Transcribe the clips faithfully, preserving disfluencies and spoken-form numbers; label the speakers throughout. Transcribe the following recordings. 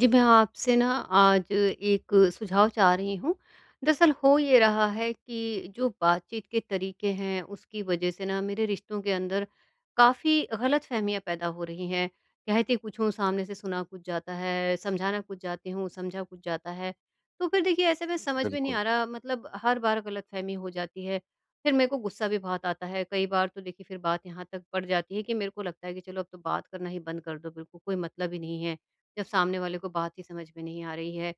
Speaker 1: जी, मैं आपसे ना आज एक सुझाव चाह रही हूँ। दरअसल हो ये रहा है कि जो बातचीत के तरीके हैं, उसकी वज़ह से ना मेरे रिश्तों के अंदर काफ़ी गलतफ़हमियाँ पैदा हो रही हैं। कहती कुछ हूँ, सामने से सुना कुछ जाता है, समझाना कुछ जाती हूँ, समझा कुछ जाता है। तो फिर देखिए ऐसे में समझ में नहीं
Speaker 2: बिल्कुल।
Speaker 1: आ रहा, मतलब हर बार गलतफ़हमी हो जाती है। फिर मेरे को गुस्सा भी बहुत आता है। कई बार तो देखिए फिर बात यहाँ तक बढ़ जाती है कि मेरे को लगता है कि चलो अब तो बात करना ही बंद कर दो बिल्कुल, कोई मतलब ही नहीं है। जब सामने वाले को बात ही समझ में नहीं आ रही है।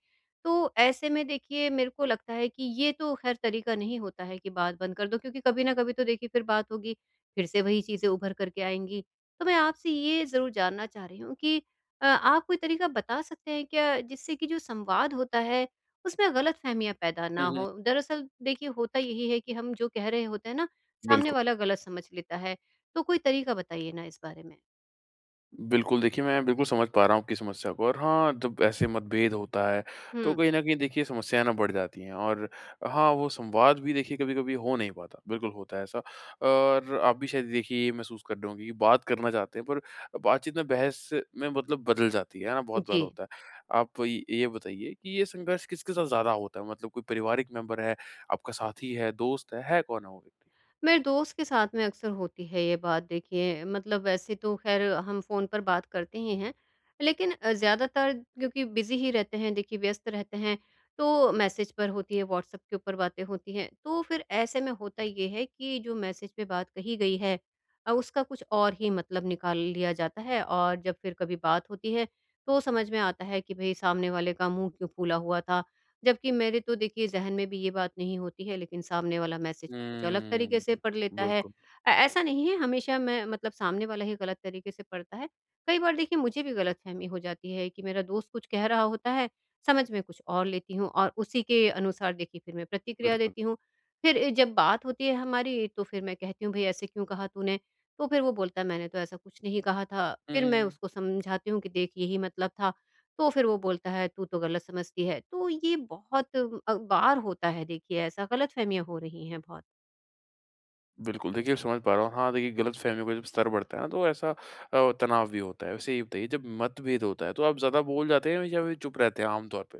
Speaker 1: तो ऐसे में देखिए मेरे को लगता है कि ये तो खैर तरीका नहीं होता है कि बात बंद कर दो, क्योंकि कभी ना कभी तो देखिए फिर बात होगी, फिर से वही चीज़ें उभर कर के आएँगी। तो मैं आपसे ये ज़रूर जानना चाह रही हूँ कि अ, आप कोई तरीका बता सकते हैं क्या, जिससे कि जो संवाद होता है उसमें गलतफ़हमियाँ पैदा
Speaker 2: हुँ,
Speaker 1: ना
Speaker 2: हुँ।
Speaker 1: हो? दरअसल देखिए होता यही है कि हम जो कह रहे होते हैं ना, सामने
Speaker 2: बिल्कुल।
Speaker 1: वाला गलत समझ लेता है। तो कोई तरीका बताइए ना इस बारे में?
Speaker 2: बिल्कुल, देखिए मैं बिल्कुल समझ पा रहा हूँ आपकी समस्या को। और हाँ, जब ऐसे मतभेद होता है, तो
Speaker 1: हुँ,
Speaker 2: कहीं न कहीं देखिए समस्याएँ ना बढ़ जाती हैं। और हाँ, वो संवाद भी देखिए कभी-कभी हो नहीं पाता। बिल्कुल होता है ऐसा। और आप भी शायद देखिए ये महसूस कर रहे होंगे कि बात करना चाहते हैं, पर बातचीत में बहस में मतलब बदल जाती है, है ना? बहुत बार
Speaker 1: जी।
Speaker 2: होता है। आप य ये बताइए कि ये संघर्ष किसके साथ ज़्यादा होता है? मतलब कोई पारिवारिक मेंबर है, आपका साथी है, दोस्त है, है कौन है वो व्यक्ति?
Speaker 1: मेरे दोस्त के साथ में अक्सर होती है ये बात, देखिए मतलब वैसे तो ख़ैर हम फ़ोन पर बात करते ही हैं, लेकिन अ, ज़्यादातर क्योंकि बिज़ी ही रहते हैं, देखिए व्यस्त रहते हैं, तो मैसेज पर होती है, व्हाट्सएप के ऊपर बातें होती हैं। तो फिर ऐसे में होता ये है कि जो मैसेज पे बात कही गई है अ, उसका कुछ और ही मतलब निकाल लिया जाता है, और जब फिर कभी बात होती है, तो समझ में आता है कि भई सामने वाले का मुँह क्यों फूला हुआ था, जबकि मेरे तो देखिए ज़हन में भी ये बात नहीं होती है, लेकिन सामने वाला मैसेज को कुछ अलग तरीके से
Speaker 2: हुँ।
Speaker 1: पढ़ लेता है।
Speaker 2: बिल्कुल,
Speaker 1: अ, ऐसा नहीं है हमेशा मैं मतलब सामने वाला ही गलत तरीके से पढ़ता है। कई बार देखिए मुझे भी गलतफ़हमी हो जाती है कि मेरा दोस्त कुछ कह रहा होता है, समझ में कुछ और लेती हूँ और उसी के अनुसार देखिए फिर मैं प्रतिक्रिया
Speaker 2: बिल्कुल।
Speaker 1: देती हूँ। फिर अ, जब बात होती है हमारी तो फिर मैं कहती हूँ, भई ऐसे क्यों कहा तूने? तो फिर वो बोलता है, मैंने तो ऐसा कुछ नहीं कहा था।
Speaker 2: हुँ,
Speaker 1: फिर मैं
Speaker 2: हुँ।
Speaker 1: उसको समझाती हूँ कि देख यही मतलब था। तो फिर वो बोलता है तू तो गलत समझती है। तो ये बहुत अ, बार होता है देखिए ऐसा, गलतफ़हमियाँ हो रही हैं बहुत।
Speaker 2: बिल्कुल, देखिए, अब समझ पा रहा हूँ। हाँ, देखिए, गलतफ़हमियों का जब स्तर बढ़ता है ना, तो ऐसा अ, तनाव भी होता है। वैसे ये बताइए, जब मतभेद होता है, तो आप ज़्यादा बोल जाते हैं या फिर चुप रहते हैं आम तौर पे?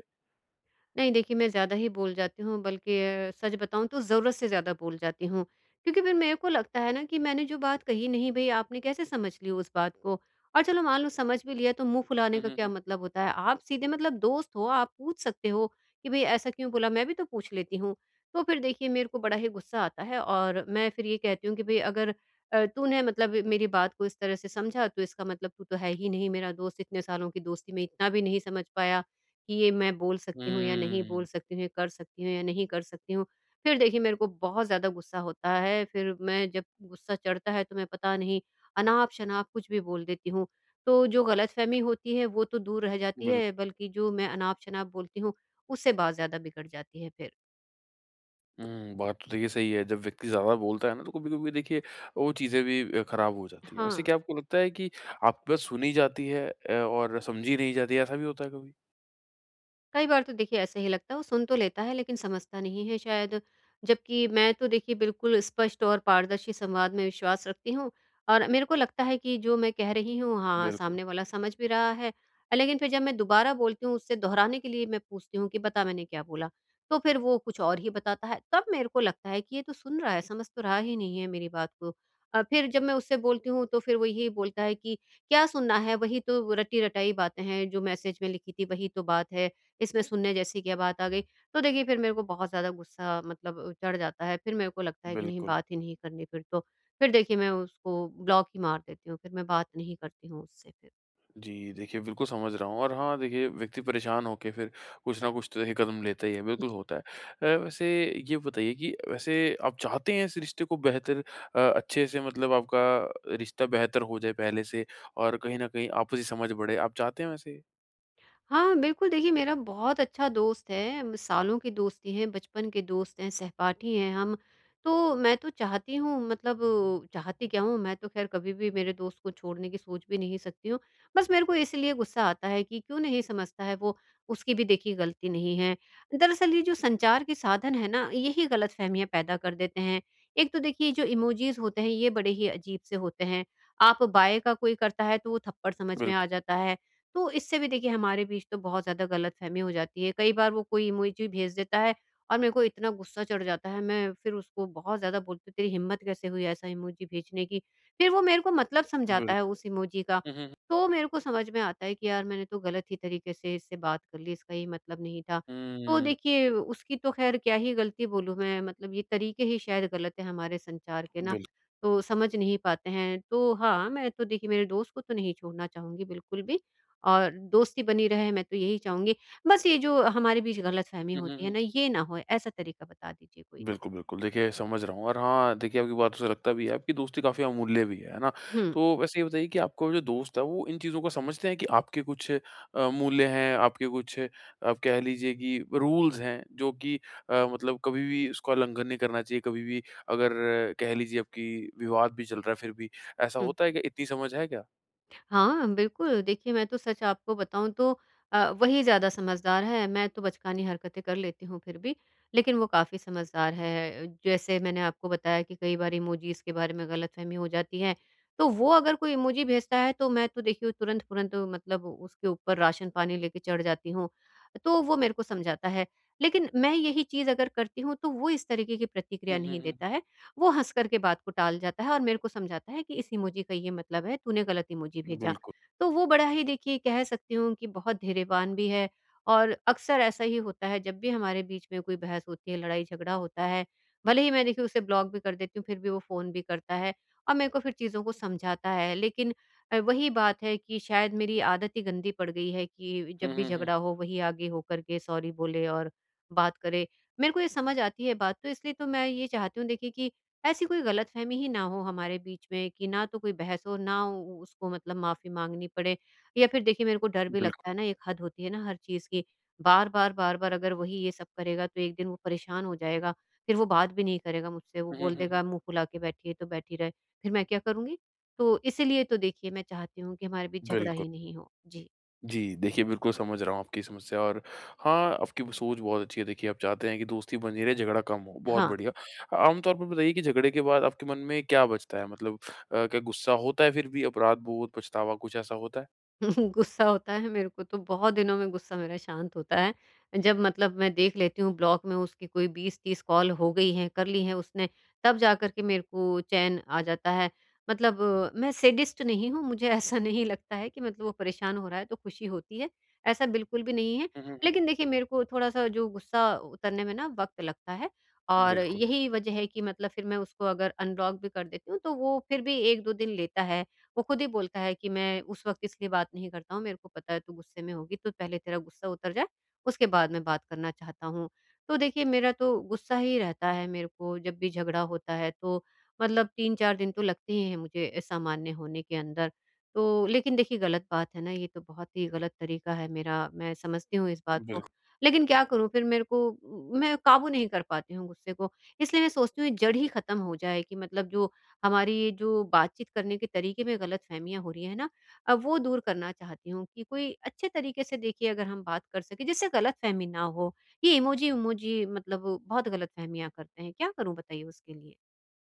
Speaker 1: नहीं देखिए, मैं ज़्यादा ही बोल जाती हूँ, बल्कि अ, सच बताऊँ तो ज़रूरत से ज़्यादा बोल जाती हूँ। क्योंकि फिर मेरे को लगता है ना कि मैंने जो बात कही नहीं, भई आपने कैसे समझ ली उस बात को? और चलो मान लो समझ भी लिया, तो मुँह फुलाने
Speaker 2: हुँ,
Speaker 1: का
Speaker 2: हुँ,
Speaker 1: क्या
Speaker 2: हुँ।
Speaker 1: मतलब होता है? आप सीधे मतलब दोस्त हो, आप पूछ सकते हो कि भई ऐसा क्यों बोला? मैं भी तो पूछ लेती हूँ। तो फिर देखिए मेरे को बड़ा ही गुस्सा आता है और मैं फिर ये कहती हूँ कि भई अगर अ, तूने मतलब मेरी बात को इस तरह से समझा, तो इसका मतलब तू तो है ही नहीं मेरा दोस्त, इतने सालों की दोस्ती में इतना भी नहीं समझ पाया। कि ये मैं बोल सकती हूँ या नहीं बोल
Speaker 2: हुँ।
Speaker 1: सकती हूँ, ये कर सकती हूँ या नहीं कर सकती हूँ। फिर देखिए मेरे को बहुत ज़्यादा गुस्सा होता है, फिर मैं जब गुस्सा चढ़ता है तो मैं पता नहीं अनाप-शनाप कुछ भी बोल देती हूँ। तो जो गलतफ़हमी होती है वो तो दूर रह जाती
Speaker 2: बिल्कु
Speaker 1: है, बल्कि जो मैं अनाप-शनाप बोलती हूँ उससे बात ज़्यादा बिगड़ जाती है फिर।
Speaker 2: हुँ, बात तो देखिए सही है। जब व्यक्ति ज़्यादा बोलता है ना, तो कभी-कभी देखिए, वो चीज़ें भी अ, ख़राब हो जाती हैं। वैसे
Speaker 1: हाँ।
Speaker 2: क्या आपको लगता है कि आपकी बात सुनी जाती है, अ, और समझी नहीं जाती है, ऐसा भी होता है कभी?
Speaker 1: कई बार तो देखिए ऐसा ही लगता है, वो सुन तो लेता है लेकिन समझता नहीं है शायद। जबकि मैं तो देखिए बिल्कुल स्पष्ट और पारदर्शी संवाद में विश्वास रखती हूँ, और मेरे को लगता है कि जो मैं कह रही हूँ, हाँ,
Speaker 2: बिल्कुल,
Speaker 1: सामने वाला समझ भी रहा है। लेकिन फिर जब मैं दोबारा बोलती हूँ उससे दोहराने के लिए मैं पूछती हूँ कि बता मैंने क्या बोला? तो फिर वो कुछ और ही बताता है। तब मेरे को लगता है कि ये तो सुन रहा है, समझ तो रहा ही नहीं है मेरी बात को। अ, फिर जब मैं उससे बोलती हूँ तो फिर वो यही बोलता है कि क्या सुनना है? वही तो रटी-रटाई बातें हैं, जो मैसेज में लिखी थी वही तो बात है। इसमें सुनने जैसी क्या बात आ गई? तो देखिए फिर मेरे को बहुत ज़्यादा गुस्सा मतलब चढ़ जाता है, फिर मेरे को लगता है कि नहीं,
Speaker 2: बिल्कुल।
Speaker 1: बात ही नहीं करनी फिर तो। फिर देखिए मैं उसको ब्लॉक ही मार देती हूँ, फिर मैं बात नहीं करती हूँ उससे फिर।
Speaker 2: जी, देखिए बिल्कुल समझ रहा हूँ। और हाँ, देखिए व्यक्ति परेशान होके फिर कुछ ना कुछ तो देखिए कदम लेता ही है, बिल्कुल होता है। अ, वैसे ये बताइए कि वैसे आप चाहते हैं इस रिश्ते को बेहतर, अ, अच्छे से मतलब आपका रिश्ता बेहतर हो जाए पहले से और कहीं न कहीं आपसी समझ बढ़े, आप चाहते हैं वैसे?
Speaker 1: हाँ, बिल्कुल, देखिए मेरा बहुत अच्छा दोस्त है, म सालों की दोस्ती है, बचपन के दोस्त हैं, सहपाठी हैं हम। तो मैं तो चाहती हूँ मतलब चाहती क्या हूँ, मैं तो ख़ैर कभी भी मेरे दोस्त को छोड़ने की सोच भी नहीं सकती हूँ। बस मेरे को इसलिए गुस्सा आता है कि क्यों नहीं समझता है वो, उसकी भी देखिए गलती नहीं है। दरअसल ये जो संचार के साधन हैं ना, यही गलतफ़हमियाँ पैदा कर देते हैं। एक तो देखिए जो इमोजीज़ होते हैं, ये बड़े ही अजीब से होते हैं। आप बाय का कोई करता है तो वो थप्पड़ समझ में आ
Speaker 2: बिल्कुल,
Speaker 1: जाता है। तो इससे भी देखिए हमारे बीच तो बहुत ज़्यादा गलतफ़हमी हो जाती है। कई बार वो कोई इमोजी भेज देता है और मेरे को इतना गुस्सा चढ़ जाता है, मैं फिर उसको बहुत ज़्यादा बोलती हूँ, "तेरी हिम्मत कैसे हुई ऐसा इमोजी भेजने की?" फिर वो मेरे को मतलब समझाता
Speaker 2: बिल
Speaker 1: है उस इमोजी का।
Speaker 2: हुँ, हुँ, हुँ।
Speaker 1: तो मेरे को समझ में आता है कि यार मैंने तो गलत ही तरीके से इससे बात कर ली, इसका ये मतलब नहीं था। तो
Speaker 2: हुँ,
Speaker 1: देखिए उसकी तो ख़ैर क्या ही गलती बोलूँ मैं, मतलब ये तरीके ही शायद गलत हैं हमारे संचार के ना,
Speaker 2: बिल
Speaker 1: तो समझ नहीं पाते हैं। तो हाँ, मैं तो देखिए मेरे दोस्त को तो नहीं छोड़ना चाहूँगी बिल्कुल भी। और दोस्ती बनी रहे, मैं तो यही चाहूँगी। बस ये जो हमारे बीच गलतफ़हमी
Speaker 2: हुँ, हुँ,
Speaker 1: होती है
Speaker 2: हुँ।
Speaker 1: ना, ये ना होए, ऐसा तरीका बता दीजिए कोई।
Speaker 2: बिल्कुल, बिल्कुल। देखिए समझ रहा हूँ। और हाँ, देखिए आपकी बातों से लगता भी है, आपकी दोस्ती काफ़ी अमूल्य भी है, है ना?
Speaker 1: हुँ,
Speaker 2: तो वैसे ये बताइए कि आपका जो दोस्त है वो इन चीज़ों को समझते हैं कि आपके कुछ अ, मूल्य हैं, आपके कुछ, आप कह लीजिए कि रूल्स हैं, जो कि अ, मतलब कभी भी उसका उल्लंघन नहीं करना चाहिए, कभी भी अगर, अ, कह लीजिए आपकी विवाद भी चल रहा है फिर भी, ऐसा
Speaker 1: हुँ।
Speaker 2: होता है क्या? इतनी समझ है क्या?
Speaker 1: हाँ, बिल्कुल। देखिए, मैं तो सच आपको बताऊँ तो अ, वही ज़्यादा समझदार है। मैं तो बचकानी हरकतें कर लेती हूँ फिर भी, लेकिन वो काफ़ी समझदार है। जैसे मैंने आपको बताया कि कई बार इमोजीज़ के बारे में गलतफ़हमी हो जाती है, तो वो अगर कोई इमोजी भेजता है तो मैं तो देखिए तुरंत-तुरंत मतलब उसके ऊपर राशन-पानी लेके चढ़ जाती हूँ, तो वो मेरे को समझाता है। लेकिन मैं यही चीज़ अगर करती हूँ तो वो इस तरीके की
Speaker 2: हुँ,
Speaker 1: प्रतिक्रिया
Speaker 2: हुँ,
Speaker 1: नहीं
Speaker 2: हुँ।
Speaker 1: देता है। वो हँस कर के बात को टाल जाता है और मेरे को समझाता है कि इस इमोजी का ये मतलब है, तूने गलत इमोजी भेजा।
Speaker 2: बिल्कुल।
Speaker 1: तो वो बड़ा ही देखिए कह सकती हूँ कि बहुत धैर्यवान भी है, और अक्सर ऐसा ही होता है जब भी हमारे बीच में कोई बहस होती है, लड़ाई-झगड़ा होता है, भले ही मैं देखिए उसे ब्लॉक भी कर देती हूँ, फिर भी वो फ़ोन भी करता है और मेरे को फिर चीज़ों को समझाता है। लेकिन अ, वही बात है कि शायद मेरी आदत ही गंदी पड़ गई है कि
Speaker 2: हुँ,
Speaker 1: जब भी
Speaker 2: हुँ, हुँ।
Speaker 1: झगड़ा हो, वही आगे हो कर के सॉरी बोले और बात करे। मेरे को ये समझ आती है बात तो, इसलिए तो मैं ये चाहती हूँ देखिए कि ऐसी कोई गलतफ़हमी ही ना हो हमारे बीच में कि ना तो कोई बहस हो, ना उ उसको मतलब माफ़ी माँगनी पड़े, या फिर देखिए मेरे को डर भी
Speaker 2: बिल्कुल।
Speaker 1: लगता है ना, एक हद होती है ना हर चीज़ की। बार-बार, बार-बार अगर वही ये सब करेगा तो एक दिन वो परेशान हो जाएगा, फिर वो बात भी नहीं करेगा मुझसे, वो
Speaker 2: हुँ, हुँ,
Speaker 1: बोल
Speaker 2: हुँ, हुँ।
Speaker 1: देगा मुँह फुला के बैठी है तो बैठी रहे, फिर मैं क्या करूँगी? तो इसीलिए तो देखिए मैं चाहती हूँ कि हमारे बीच झगड़ा
Speaker 2: बिल्कुल।
Speaker 1: ही नहीं हो। जी।
Speaker 2: जी, देखिए बिल्कुल समझ रहा हूँ आपकी समस्या। और हाँ, आपकी ब सोच बहुत अच्छी है। देखिए आप चाहते हैं कि दोस्ती बनी रहे, झगड़ा कम हो, बहुत
Speaker 1: हाँ।
Speaker 2: बढ़िया। आम तौर पर बताइए कि झगड़े के बाद आपके मन में क्या बचता है? मतलब अ, क्या गुस्सा होता है फिर भी, अपराध बोध, पछतावा, कुछ ऐसा होता है?
Speaker 1: गुस्सा होता है मेरे को, तो बहुत दिनों में गुस्सा मेरा शांत होता है। जब मतलब मैं देख लेती हूँ ब्लॉक में उसकी कोई बीस तीस कॉल हो गई हैं, कर ली हैं उसने, तब जाकर के मेरे को चैन आ जाता है। मतलब अ, मैं सैडिस्ट नहीं हूँ, मुझे ऐसा नहीं लगता है कि मतलब वो परेशान हो रहा है तो खुशी होती है, ऐसा बिल्कुल भी नहीं है।
Speaker 2: हुँ, हुँ, हुँ।
Speaker 1: लेकिन देखिए मेरे को थोड़ा-सा जो गुस्सा उतरने में ना वक़्त लगता है, और
Speaker 2: बिल्कुल,
Speaker 1: यही वजह है कि मतलब फिर मैं उसको अगर अनब्लॉक भी कर देती हूँ, तो वो फिर भी एक दो दिन लेता है। वो खुद ही बोलता है कि मैं उस वक़्त इसलिए बात नहीं करता हूँ, मेरे को पता है तू गुस्से में होगी, तो पहले तेरा गुस्सा उतर जाए, उसके बाद मैं बात करना चाहता हूँ। तो देखिए मेरा तो गुस्सा ही रहता है, मेरे को जब भी झगड़ा होता है तो मतलब तीन चार दिन तो लगते ही हैं मुझे सामान्य होने के अंदर। तो लेकिन देखिए गलत बात है ना, ये तो बहुत ही गलत तरीका है मेरा, मैं समझती हूँ इस बात को।
Speaker 2: बिल्कुल।
Speaker 1: लेकिन क्या करूँ फिर, मेरे को मैं काबू नहीं कर पाती हूँ गुस्से को। इसलिए मैं सोचती हूँ ये जड़ ही ख़त्म हो जाए कि मतलब जो हमारी ये जो बातचीत करने के तरीके में गलतफ़हमियाँ हो रही हैं ना, अ, वो दूर करना चाहती हूँ कि कोई अच्छे तरीके से देखिए अगर हम बात कर सकें जिससे गलतफ़हमी ना हो। ये इमोजी-विमोजी मतलब बहुत गलतफ़हमियाँ करते हैं, क्या करूँ बताइए उसके लिए?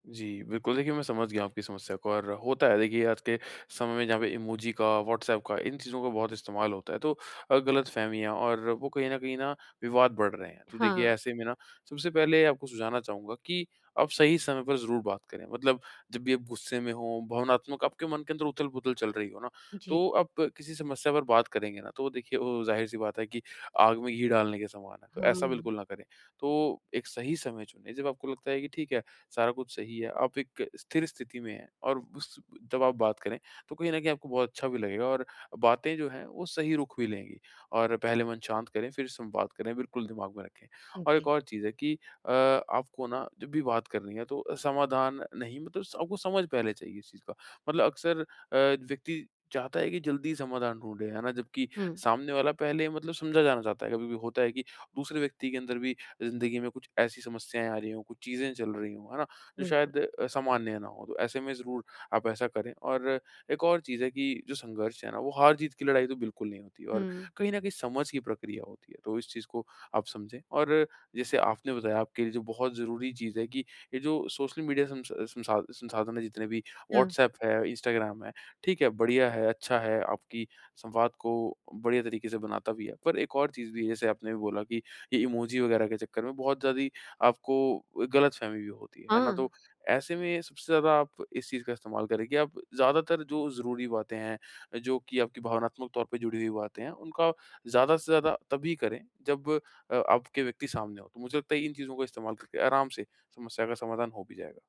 Speaker 2: जी, बिल्कुल देखिए मैं समझ गया आपकी समस्या को। और होता है देखिए आज के समय में जहाँ पे इमोजी का, व्हाट्सऐप का, इन चीज़ों का बहुत इस्तेमाल होता है, तो अ, गलतफ़हमियाँ और वो कहीं न कहीं ना विवाद बढ़ रहे हैं। तो देखिए
Speaker 1: हाँ,
Speaker 2: ऐसे में ना सबसे पहले आपको सुझाना चाहूँगा कि आप सही समय पर ज़रूर बात करें। मतलब जब भी आप गुस्से में हो, भावनात्मक आपके मन के अंदर उथल-पुथल चल रही हो ना,
Speaker 1: जी।
Speaker 2: तो आप किसी समस्या पर बात करेंगे ना तो देखिए वो ज़ाहिर-सी बात है कि आग में घी डालने के समान है। तो ऐसा
Speaker 1: हाँ,
Speaker 2: बिल्कुल ना करें। तो एक सही समय चुनें जब आपको लगता है कि ठीक है सारा कुछ सही है, आप एक स्थिर स्थिति में हैं। और उस जब आप बात करें, तो कहीं न कहीं आपको बहुत अच्छा भी लगेगा और बातें जो हैं, वो सही रुख भी लेंगी। और पहले मन शांत करें, फिर संवाद करें, बिल्कुल दिमाग में रखें। और एक
Speaker 1: जी।
Speaker 2: और चीज़ है कि अ, आपको ना जब भी बात करनी है तो समाधान नहीं, मतलब आपको समझ पहले चाहिए इस चीज़ का। मतलब अक्सर अ, व्यक्ति चाहता है कि जल्दी समाधान ढूँढे, है ना? जबकि
Speaker 1: हुँ,
Speaker 2: सामने वाला पहले मतलब समझा जाना चाहता है, कभी-कभी होता है कि दूसरे व्यक्ति के अंदर भी ज़िंदगी में कुछ ऐसी समस्याएँ आ रही हों, कुछ चीज़ें चल रही हों, है ना? जो
Speaker 1: बिल्कुल।
Speaker 2: शायद अ, सामान्य ना हो, तो ऐसे में ज़रूर आप ऐसा करें। और एक और चीज़ है कि जो संघर्ष है ना, वो हार-जीत की लड़ाई तो बिल्कुल नहीं होती, और
Speaker 1: हुँ,
Speaker 2: कहीं न कहीं समझ की प्रक्रिया होती है, तो इस चीज़ को आप समझें। और जैसे आपने बताया आपके लिए जो बहुत ज़रूरी चीज़ है कि ये जो सोशल मीडिया संस संसा संसाधन है, जितने भी
Speaker 1: हाँ,
Speaker 2: व्हाट्सऐप है, इंस्टाग्राम है, ठीक है, बढ़िया है, अच्छा है, आपकी संवाद को बढ़िया तरीके से बनाता भी है। पर एक और चीज़ भी है, जैसे आपने भी बोला कि ये इमोजी वगैरह के चक्कर में बहुत ज़्यादा आपको गलतफ़हमी भी होती है, है ना? तो
Speaker 1: हाँ।
Speaker 2: ऐसे में सबसे ज़्यादा आप इस चीज़ का इस्तेमाल करें कि आप ज़्यादातर जो ज़रूरी बातें हैं, जो कि आपकी भावनात्मक तौर पे जुड़ी हुई बातें हैं, उनका ज़्यादा से ज़्यादा तभी करें जब अ, आपके व्यक्ति सामने हो। तो मुझे लगता है इन चीज़ों का इस्तेमाल करके आराम से समस्या का समाधान हो भी जाएगा।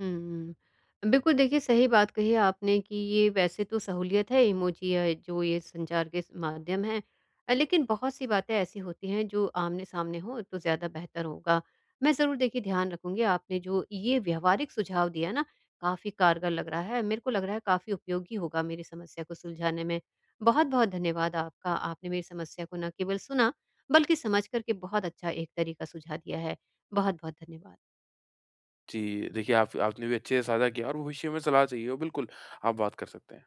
Speaker 1: हुँ। बिल्कुल देखिए, सही बात कही आपने कि ये वैसे तो सहूलियत है, इमोजी या जो ये संचार के स माध्यम हैं। अ, लेकिन बहुत-सी बातें ऐसी होती हैं जो आमने-सामने हों तो ज़्यादा बेहतर होगा। मैं ज़रूर देखिए ध्यान रखूँगी, आपने जो ये व्यावहारिक सुझाव दिया ना, काफ़ी कारगर लग रहा है। मेरे को लग रहा है काफ़ी उपयोगी होगा मेरी समस्या को सुलझाने में। बहुत-बहुत धन्यवाद आपका। आपने मेरी समस्या को ना केवल सुना, बल्कि समझ कर के बहुत अच्छा एक तरीका सुझा दिया है। बहुत-बहुत धन्यवाद।
Speaker 2: जी, देखिए आप, आपने भी अच्छे से साझा किया, और भविष्य में सलाह चाहिए हो, बिल्कुल आप बात कर सकते हैं।